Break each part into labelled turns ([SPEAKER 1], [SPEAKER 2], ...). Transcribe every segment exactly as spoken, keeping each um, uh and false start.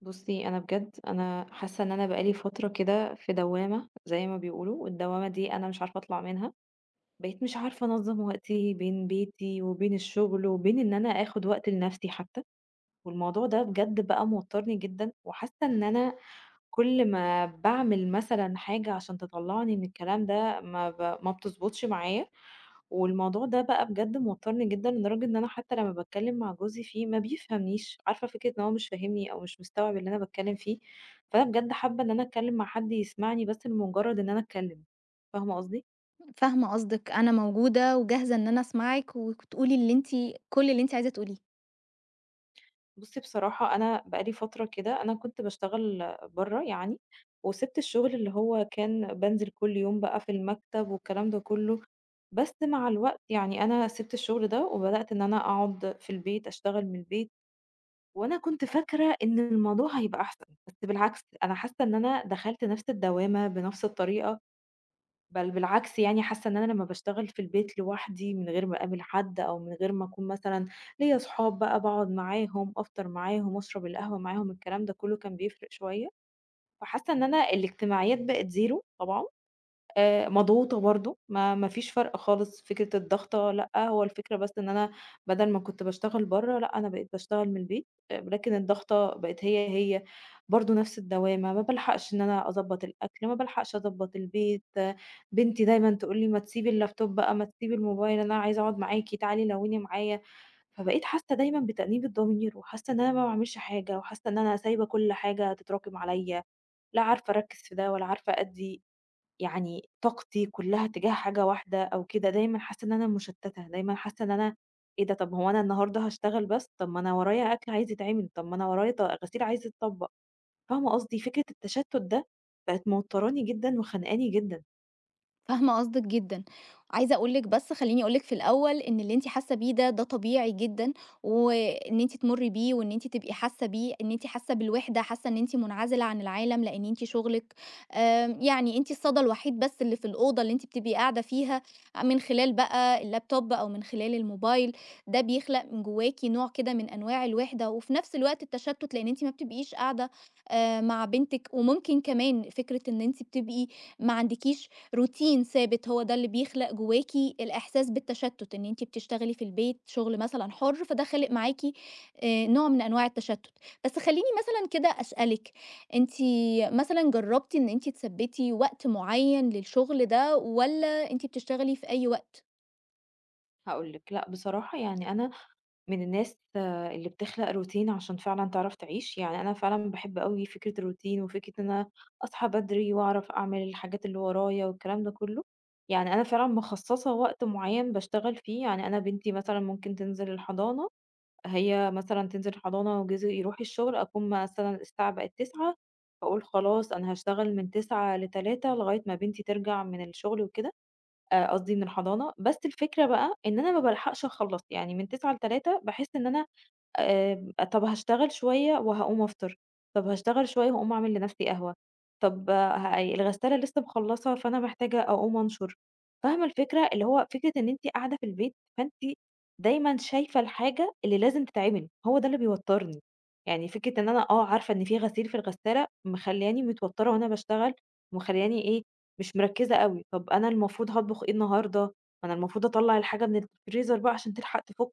[SPEAKER 1] بُصّي، أنا بجد أنا حاسة إن أنا بقى لي فترة كده في دوّامة زي ما بيقولوا، والدوّامة دي أنا مش عارفة أطلع منها، بقيت مش عارفة أنظّم وقتي بين بيتي وبين الشغل وبين إن أنا آخُد وقت لنَفْسي حتى، والموضوع ده بجد بقى موتّرني جدًا وحاسة إن أنا كل ما باعمل مثلًا حاجة عشان تطلّعني من الكلام ده ما ب ما بتضبطش معايا، والموضوع ده بقى بجد موتّرني جدًا لدرجة إن أنا حتى لمّا باتكلّم مع جوزي فيه ما بيفهمنيش، عارفة فكرة إن هو مش فاهمني أو مش مستوعب اللي أنا باتكلّم فيه، فأنا بجد حابة إن أنا أتكلّم مع حد يسمعني بس لمجرد إن أنا أتكلّم، فاهمة قصدي؟
[SPEAKER 2] فاهمة قصدِك. أنا موجودة وجاهزة إن أنا أسمعِك وتقولي اللي أنتِ كل اللي أنتِ عايزة تقوليه.
[SPEAKER 1] بُصّي بصراحة أنا بقى لي فترة كده أنا كنت باشتغل برّه يعني، وسِبت الشغل اللي هو كان بانزل كل يوم بقى في المكتب والكلام ده كلّه، بس مع الوقت يعني أنا سِبت الشغل ده وبدأت إن أنا أقعد في البيت، أشتغل من البيت، وأنا كنت فاكرة إن الموضوع هيبقى أحسن، بس بالعكس أنا حاسة إن أنا دخلت نفْس الدوامة بنفْس الطريقة بل بالعكس يعني حاسة إن أنا لمّا باشتغل في البيت لوحدي من غير ما أقابل حد أو من غير ما أكون مثلًا ليّا صحاب بقى باقعد معاهم، أفطر معاهم، أشرب القهوة معاهم، الكلام ده كلّه كان بيفرق شوية، فحاسة إن أنا الاجتماعيات بقت زيرو طبعًا. آآ مضغوطة برضه، ما ما فيش فرق خالص فكرة الضغطة لأ، هو الفكرة بس إن أنا بدل ما كنت باشتغل برّه، لأ أنا بقيت باشتغل من البيت، آآ لكن الضغطة بقت هي، هي، برضه نفْس الدوامة، ما بالحقش إن أنا أضبّط الأكل، ما بالحقش أضبّط البيت، آه، بنتي دايمًا تقول لي: "ما تسيبي اللابتوب بقى، ما تسيبي الموبايل، أنا عايزة أقعد معاكِ، تعالي لوِّني معايا." فبقيت حاسة دايمًا بتأنيب الضمير، وحاسة إن أنا ما باعملش حاجة، وحاسة إن أنا سايبة كل حاجة تتراكم عليَّ، لا عارفة أركّز في ده، ولا عارفة أدّي يعني طاقتي كلها تجاه حاجة واحدة أو كده، دايمًا حاسة إن أنا مشتتة، دايمًا حاسة إن أنا إيه ده طب هو أنا النهارده هاشتغل بس، طب ما أنا ورايا أكل عايز يتعمل، طب ما أنا ورايا ط غسيل عايز يتطبق، فاهمة قصدي؟ فكرة التشتت ده بقت موتراني جدًا وخانقاني جدًا.
[SPEAKER 2] فاهمة قصدِك جدًا. عايزة أقول لِك، بس خلّيني أقول لِك في الأول إن اللي أنتِ حاسة بيه ده، ده طبيعي جدًا، وإن أنتِ تمُرّي بيه وإن أنتِ تبقي حاسة بيه. إن أنتِ حاسة بالوحدة، حاسة إن أنتِ منعزلة عن العالم لإن أنتِ شغلِك، آمم يعني أنتِ الصدى الوحيد بس اللي في الأوضة اللي أنتِ بتبقي قاعدة فيها من خلال بقى اللابتوب أو من خلال الموبايل. ده بيخلق من جواكِ نوع كده من أنواع الوحدة، وفي نفس الوقت التشتُّت، لإن أنتِ ما بتبقيش قاعدة آآ مع بنتِك. وممكن كمان فكرة إن أنتِ بتبقي ما عندكيش روتين ثابت، هو ده اللي بيخلق جواكِ الإحساس بالتشتُّت. إن أنتِ بتشتغلي في البيت شغل مثلًا حُر، فده خالق معاكِ آآ نوع من أنواع التشتُّت. بس خلّيني مثلًا كده أسألِك، أنتِ مثلًا جرّبتِ إن أنتِ تثبّتي وقت معيّن للشغل ده، والّا أنتِ بتشتغلي في أي وقت؟
[SPEAKER 1] هاقول لِك، لأ بصراحة يعني أنا من الناس آه، اللي بتخلق روتين عشان فعلًا تعرف تعيش، يعني أنا فعلًا باحب أوي فكرة الروتين وفكرة إن أنا أصحى بدري وأعرف أعمل الحاجات اللي ورايا والكلام ده كله، يعني أنا فعلًا مخصصة وقت معين باشتغل فيه، يعني أنا بنتي مثلًا ممكن تنزل الحضانة، هي مثلًا تنزل الحضانة وجوزي يروح الشغل، أكون مثلًا الساعة بقت تسعة. فأقول خلاص أنا هاشتغل من التسعة للتلاتة لغاية ما بنتي ترجع من الشغل وكده، آآ قصدي من الحضانة، بس الفكرة بقى إن أنا ما بالحقش أخلّص، يعني من التسعة للتلاتة باحس إن أنا آآ طَب هاشتغل شوية وهاقوم أفطر، طَب هاشتغل شوية وهاقوم أعمل لنفسي قهوة، طَب آه، ه الغسالة لسه مخلّصة فأنا محتاجة أقوم أنشر. فاهمة الفكرة؟ اللي هو فكرة إن أنتِ قاعدة في البيت، فأنتِ دايمًا شايفة الحاجة اللي لازم تتعمل، هو ده اللي بيوتّرني. يعني فكرة إن أنا آه عارفة إن في غسيل في الغسالة، مخلّياني متوتّرة وأنا باشتغل، ومخلّياني إيه، مش مركّزة أوي. طَب أنا المفروض هاطبخ إيه النهارده؟ ما أنا المفروض أطلّع الحاجة من الفريزر بقى عشان تلحق تفُك.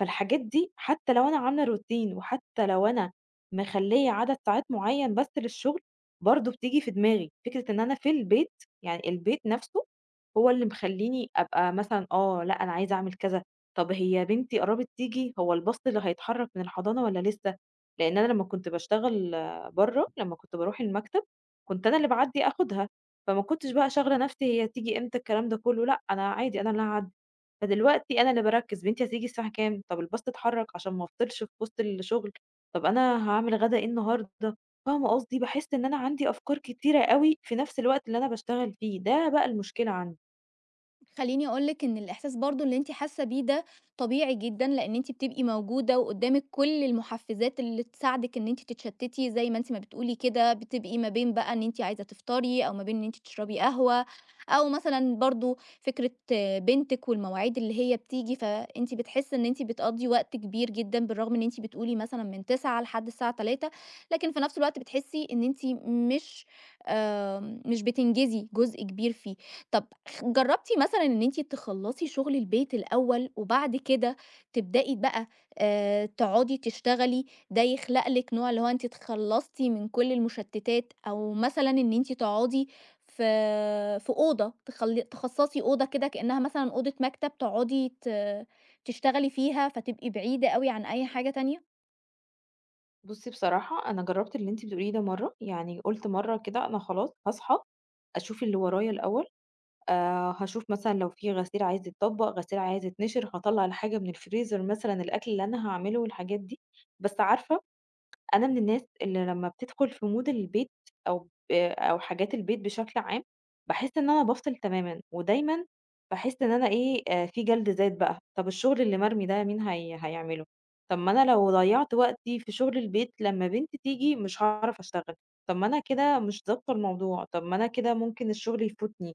[SPEAKER 1] فالحاجات دي حتى لو أنا عاملة روتين، وحتى لو أنا مخلية عدد ساعات معين بس للشغل، برضه بتيجي في دماغي، فكرة إن أنا في البيت يعني البيت نفسه هو اللي مخليني أبقى مثلًا آه، لأ أنا عايزة أعمل كذا، طب هي بنتي قربت تيجي، هو الباص اللي هيتحرك من الحضانة والّا لسه؟ لأن أنا لمّا كنت باشتغل برّه، لمّا كنت باروح المكتب، كنت أنا اللي باعدّي آخدها، فما كنتش بقى شاغلة نفسي هي تيجي إمتى الكلام ده كله، لأ أنا عادي أنا اللي هاعدّي. فدلوقتي أنا اللي باركّز، بنتي هتيجي الساعة كام؟ طب الباص اتحرّك عشان ما أفطرش في وسط الشغل، طب أنا هاعمل غدا إيه النهارده، فاهمة قصدي؟ باحس إن أنا عندي أفكار كتيرة أوي في نفس الوقت اللي أنا باشتغل فيه، ده بقى المشكلة عندي.
[SPEAKER 2] خليني أقول لِك إن الإحساس برضه اللي أنتِ حاسة بيه ده طبيعي جدًا، لإن أنتِ بتبقي موجودة، وقدامِك كل المحفزات اللي تساعدِك إن أنتِ تتشتتي زي ما أنتِ ما بتقولي كده. بتبقي ما بين بقى إن أنتِ عايزة تفطري، أو ما بين إن أنتِ تشربي قهوة، أو مثلًا برضه فكرة آه، بنتِك والمواعيد اللي هي بتيجي. فأنتِ بتحسي إن أنتِ بتقضّي وقت كبير جدًا، بالرغم إن أنتِ بتقولي مثلًا من تسعة لحد الساعة تلاتة، لكن في نفس الوقت بتحسي إن أنتِ مش آمم، مش بتنجزي جزء كبير فيه. طب خ جرّبتِ مثلًا إن أنتِ تخلّصي شغل البيت الأول، وبعد كده تبدئي بقى آآ تقعدي تشتغلي، ده يخلق لِك نوع، اللي هو أنتِ اتخلّصتِ من كل المشتتات. أو مثلًا إن أنتِ تقعدي في في أوضة، تخل تخصّصي أوضة كده كأنها مثلًا أوضة مكتب، تقعدي ت تشتغلي فيها، فتبقي بعيدة أوي عن أي حاجة تانية؟
[SPEAKER 1] بُصّي بصراحة أنا جرّبت اللي أنتِ بتقوليه ده مرّة، يعني قُلت مرّة كده أنا خلاص هاصحى أشوف اللي ورايا الأول، آآ هاشوف مثلًا لو في غسيل عايز يتطبّق، غسيل عايز يتنشر، هاطلّع الحاجة من الفريزر مثلًا الأكل اللي أنا هاعمله والحاجات دي، بس عارفة أنا من الناس اللي لمّا بتدخل في mood البيت أو ب أو حاجات البيت بشكل عام، باحس إن أنا بافصل تمامًا، ودايمًا باحس إن أنا إيه، آآ في جلد ذات بقى، طَب الشغل اللي مرمي ده مين هي هيعمله؟ طَب ما أنا لو ضيّعت وقتي في شغل البيت لمّا بنتي تيجي مش هاعرف أشتغل، طَب ما أنا كده مش ضابطة الموضوع، طَب ما أنا كده ممكن الشغل يفوتني،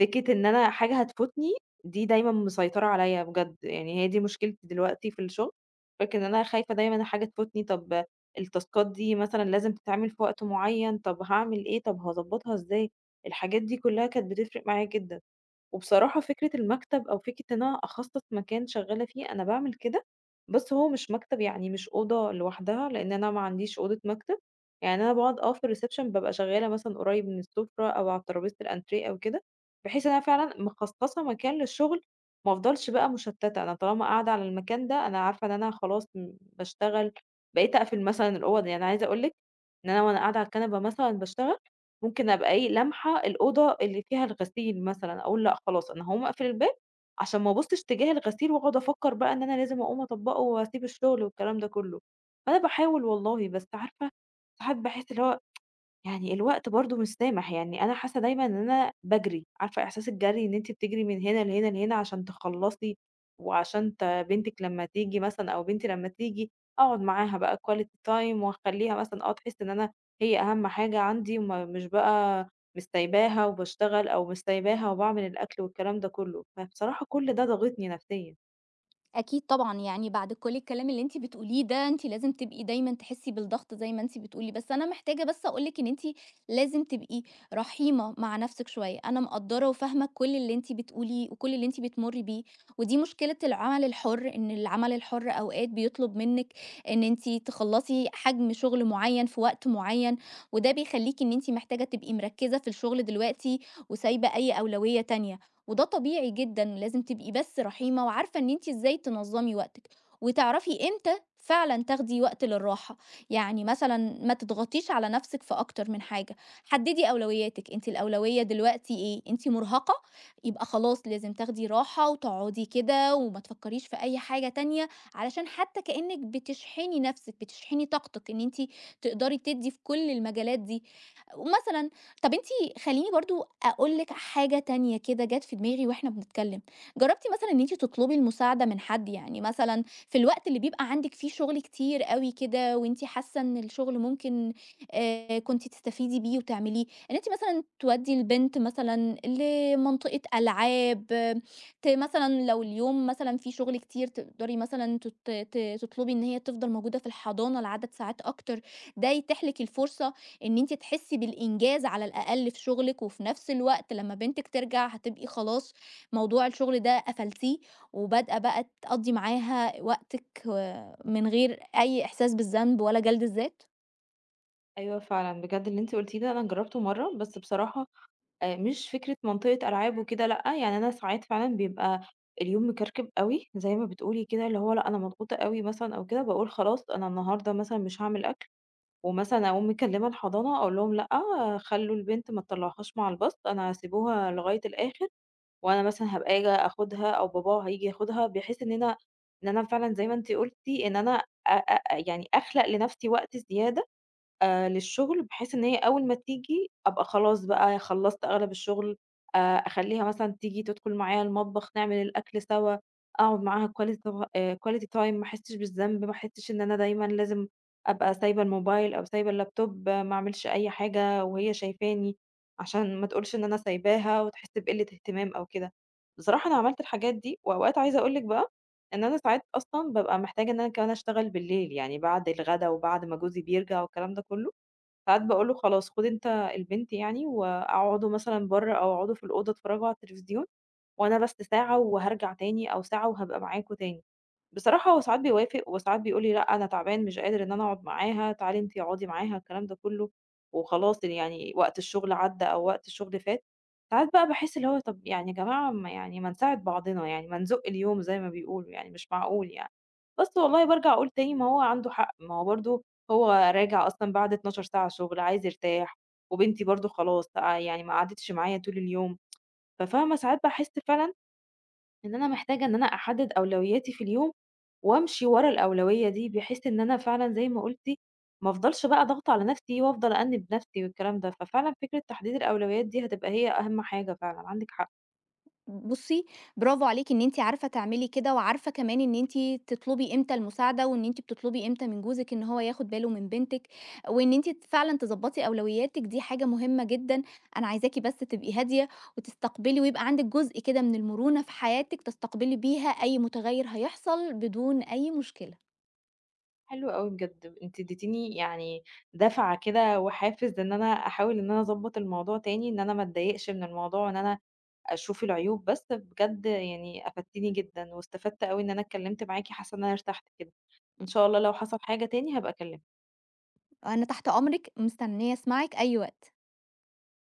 [SPEAKER 1] فكرة إن أنا حاجة هتفوتني دي دايمًا مسيطرة عليّا بجد، يعني هي دي مشكلتي دلوقتي في الشغل، فكرة إن أنا خايفة دايمًا حاجة تفوتني، طَب التاسكات دي مثلًا لازم تتعمل في وقت معين، طب هاعمل إيه، طب هاضبّطها إزاي، الحاجات دي كلها كانت بتفرق معايا جدًا. وبصراحة فكرة المكتب أو فكرة إن أنا أخصص مكان شغالة فيه أنا باعمل كده، بس هو مش مكتب يعني مش أوضة لوحدها لأن أنا ما عنديش أوضة مكتب، يعني أنا بقعد أه في الريسبشن ببقى شغالة مثلا قريب من السفرة أو على ترابيزة الأنتريه أو كده، بحيث إن أنا فعلا مخصصة مكان للشغل، ما أفضلش بقى مشتتة، أنا طالما قاعدة على المكان ده أنا عارفة إن أنا خلاص م- بشتغل، بقيت أقفل مثلا الأوض يعني عايزة أقولك إن أنا وأنا قاعدة على الكنبة مثلًا باشتغل، ممكن أبقى إيه، لامحة الأوضة اللي فيها الغسيل مثلًا، أقول لأ خلاص أنا هاقوم أقفل الباب عشان ما أبُصّش تجاه الغسيل وأقعد أفكّر بقى إن أنا لازم أقوم أطبّقه وأسيب الشغل والكلام ده كلّه. فأنا باحاول والله، بس عارفة ساعات باحس اللي هو يعني الوقت برضه مش سامح، يعني أنا حاسة دايمًا إن أنا باجري، عارفة إحساس الجري إن أنتِ بتجري من هنا لهنا لهنا عشان تخلّصي، وعشان ت بنتِك لمّا تيجي مثلًا أو بنتي لمّا تيجي أقعد معاها بقى quality time وأخلّيها مثلًا آه تحس إن أنا هي أهم حاجة عندي، وما مش بقى مش سايباها وباشتغل أو مش سايباها وباعمل الأكل والكلام ده كله، فبصراحة كل ده ضاغطني نفسيًا.
[SPEAKER 2] أكيد طبعًا، يعني بعد كل الكلام اللي أنتِ بتقوليه ده، أنتِ لازم تبقي دايمًا تحسي بالضغط زي ما أنتِ بتقولي. بس أنا محتاجة بس أقول لِك إن أنتِ لازم تبقي رحيمة مع نفسِك شوية. أنا مقدّرة وفاهمة كل اللي أنتِ بتقوليه، وكل اللي أنتِ بتمُرّي بيه. ودي مشكلة العمل الحُر، إن العمل الحُر أوقات بيطلب منِّك إن أنتِ تخلّصي حجم شغل معيّن في وقت معيّن، وده بيخلّيكِ إن أنتِ محتاجة تبقي مركّزة في الشغل دلوقتي، وسايبة أي أولوية تانية. وده طبيعي جدًا. لازم تبقي بس رحيمة وعارفة إن أنتِ إزاي تنظّمي وقتِك، وتعرفي إمتى فعلًا تاخدي وقت للراحة. يعني مثلًا ما تضغطيش على نفسِك في أكتر من حاجة، حددي أولوياتِك. أنتِ الأولوية دلوقتي إيه؟ أنتِ مرهقة، يبقى خلاص لازم تاخدي راحة وتقعدي كده، وما تفكّريش في أي حاجة تانية، علشان حتى كإنِّك بتشحني نفسِك، بتشحني طاقتِك إن أنتِ تقدري تدّي في كل المجالات دي. ومثلًا طب أنتِ خلّيني برضه أقول لِك حاجة تانية كده جات في دماغي وإحنا بنتكلّم. جرّبتِ مثلًا إن أنتِ تطلبي المساعدة من حد؟ يعني مثلًا في الوقت اللي بيبقى عندِك فيه شغل كتير أوي كده، وأنتِ حاسة إن الشغل ممكن آآ كنتِ تستفيدي بيه وتعمليه، إن أنتِ مثلًا تودّي البنت مثلًا لمنطقة ألعاب، آه، ت مثلًا لو اليوم مثلًا فيه شغل كتير، تقدري مثلًا تت ت تطلبي إن هي تفضل موجودة في الحضانة لعدد ساعات أكتر. ده يتيح لِك الفرصة إن أنتِ تحسّي بالإنجاز على الأقل في شغلِك، وفي نفس الوقت لمّا بنتِك ترجع هتبقي خلاص موضوع الشغل ده قفلتيه، وبادئة بقى تقضّي معاها وقتِك، آه، من غير أي إحساس بالذنب ولا جلد الذات؟
[SPEAKER 1] أيوه فعلًا، بجد اللي أنتِ قُلتيه ده أنا جرّبته مرّة، بس بصراحة آآ مش فكرة منطقة ألعاب وكده لأ، يعني أنا ساعات فعلًا بيبقى اليوم مكركب أوي زي ما بتقولي كده، اللي هو لأ أنا مضغوطة أوي مثلًا أو كده، باقول خلاص أنا النهارده مثلًا مش هاعمل أكل، ومثلًا أقوم مكلمة الحضانة أقول لهم لأ، خلّوا البنت ما تطلعوهاش مع الباص، أنا سيبوها لغاية الآخر، وأنا مثلًا هابقى آجي آخدها أو باباها هييجي ياخدها، بحيث إن أنا إن أنا فعلًا زي ما أنتِ قُلتِ إن أنا أ أ يعني أخلق لنفسي وقت زيادة آآ للشغل، بحيث إن هي أول ما تيجي أبقى خلاص بقى خلّصت أغلب الشغل، آآ أخلّيها مثلًا تيجي تدخل معايا المطبخ، نعمل الأكل سوا، أقعد معاها quality آآ quality time، ما أحسّش بالذنب، ما أحسّش إن أنا دايمًا لازم أبقى سايبة الموبايل أو سايبة اللابتوب، آه، ما أعملش أي حاجة وهي شايفاني، عشان ما تقولش إن أنا سايباها وتحس بقِلّة اهتمام أو كده. بصراحة أنا عملت الحاجات دي، وأوقات عايزة أقول لِك بقى إن أنا ساعات أصلًا بابقى محتاجة إن أنا كمان أشتغل بالليل، يعني بعد الغدا وبعد ما جوزي بيرجع والكلام ده كلّه. ساعات باقول له: "خلاص خُد أنت البنت يعني واقعدوا مثلًا برّه أو اقعدوا في الأوضة اتفرّجوا على التلفزيون وأنا بس ساعة وهارجع تاني أو ساعة وهابقى معاكم تاني." بصراحة هو ساعات بيوافق وساعات بيقول لي: "لأ، أنا تعبان مش قادر إن أنا أقعد معاها، تعالي أنتِ اقعدي معاها." الكلام ده كُلّه، وخلاص يعني وقت الشغل عدّى أو وقت الشغل فات. ساعات بقى باحس اللي هو طَب يعني يا جماعة ما يعني ما نساعد بعضنا، يعني ما نزُق اليوم زي ما بيقولوا يعني مش معقول يعني. بس والله بارجع أقول تاني ما هو عنده حق، ما هو برضه هو راجع أصلًا بعد 12 ساعة شغل عايز يرتاح، وبنتي برضه خلاص آآ يعني ما قعدتش معايا طول اليوم، ففاهمة ساعات باحس فعلًا إن أنا محتاجة إن أنا أحدد أولوياتي في اليوم، وأمشي ورا الأولوية دي، بحيث إن أنا فعلًا زي ما قلتِ ما افضلش بقى ضاغطة على نفسي وافضل أأنِّب نفسي والكلام ده، ففعلًا فكرة تحديد الأولويات دي هتبقى هي أهم حاجة فعلًا، عندِك حق.
[SPEAKER 2] بُصّي، برافو عليكِ إن أنتِ عارفة تعملي كده، وعارفة كمان إن أنتِ تطلبي إمتى المساعدة، وإن أنتِ بتطلبي إمتى من جوزِك إن هو ياخد باله من بنتِك، وإن أنتِ فعلًا تضبّطي أولوياتِك، دي حاجة مهمة جدًا. أنا عايزاكِ بس تبقي هادية وتستقبلي، ويبقى عندِك جزء كده من المرونة في حياتِك، تستقبلي بيها أي متغيّر هيحصل بدون أي مشكلة.
[SPEAKER 1] حلو أوي بجد، أنتِ اديتيني يعني دفعة كده وحافز إن أنا أحاول إن أنا أضبط الموضوع تاني، إن أنا ما اتضايقش من الموضوع، إن أنا أشوف العيوب بس بجد يعني أفدتيني جدًا واستفدت أوي إن أنا اتكلمت معاكِ، حاسة إن أنا ارتحت كده. إن شاء الله لو حصل حاجة تاني هابقى أكلمِك.
[SPEAKER 2] أنا تحت أمرِك، مستنية أسمعِك أي وقت.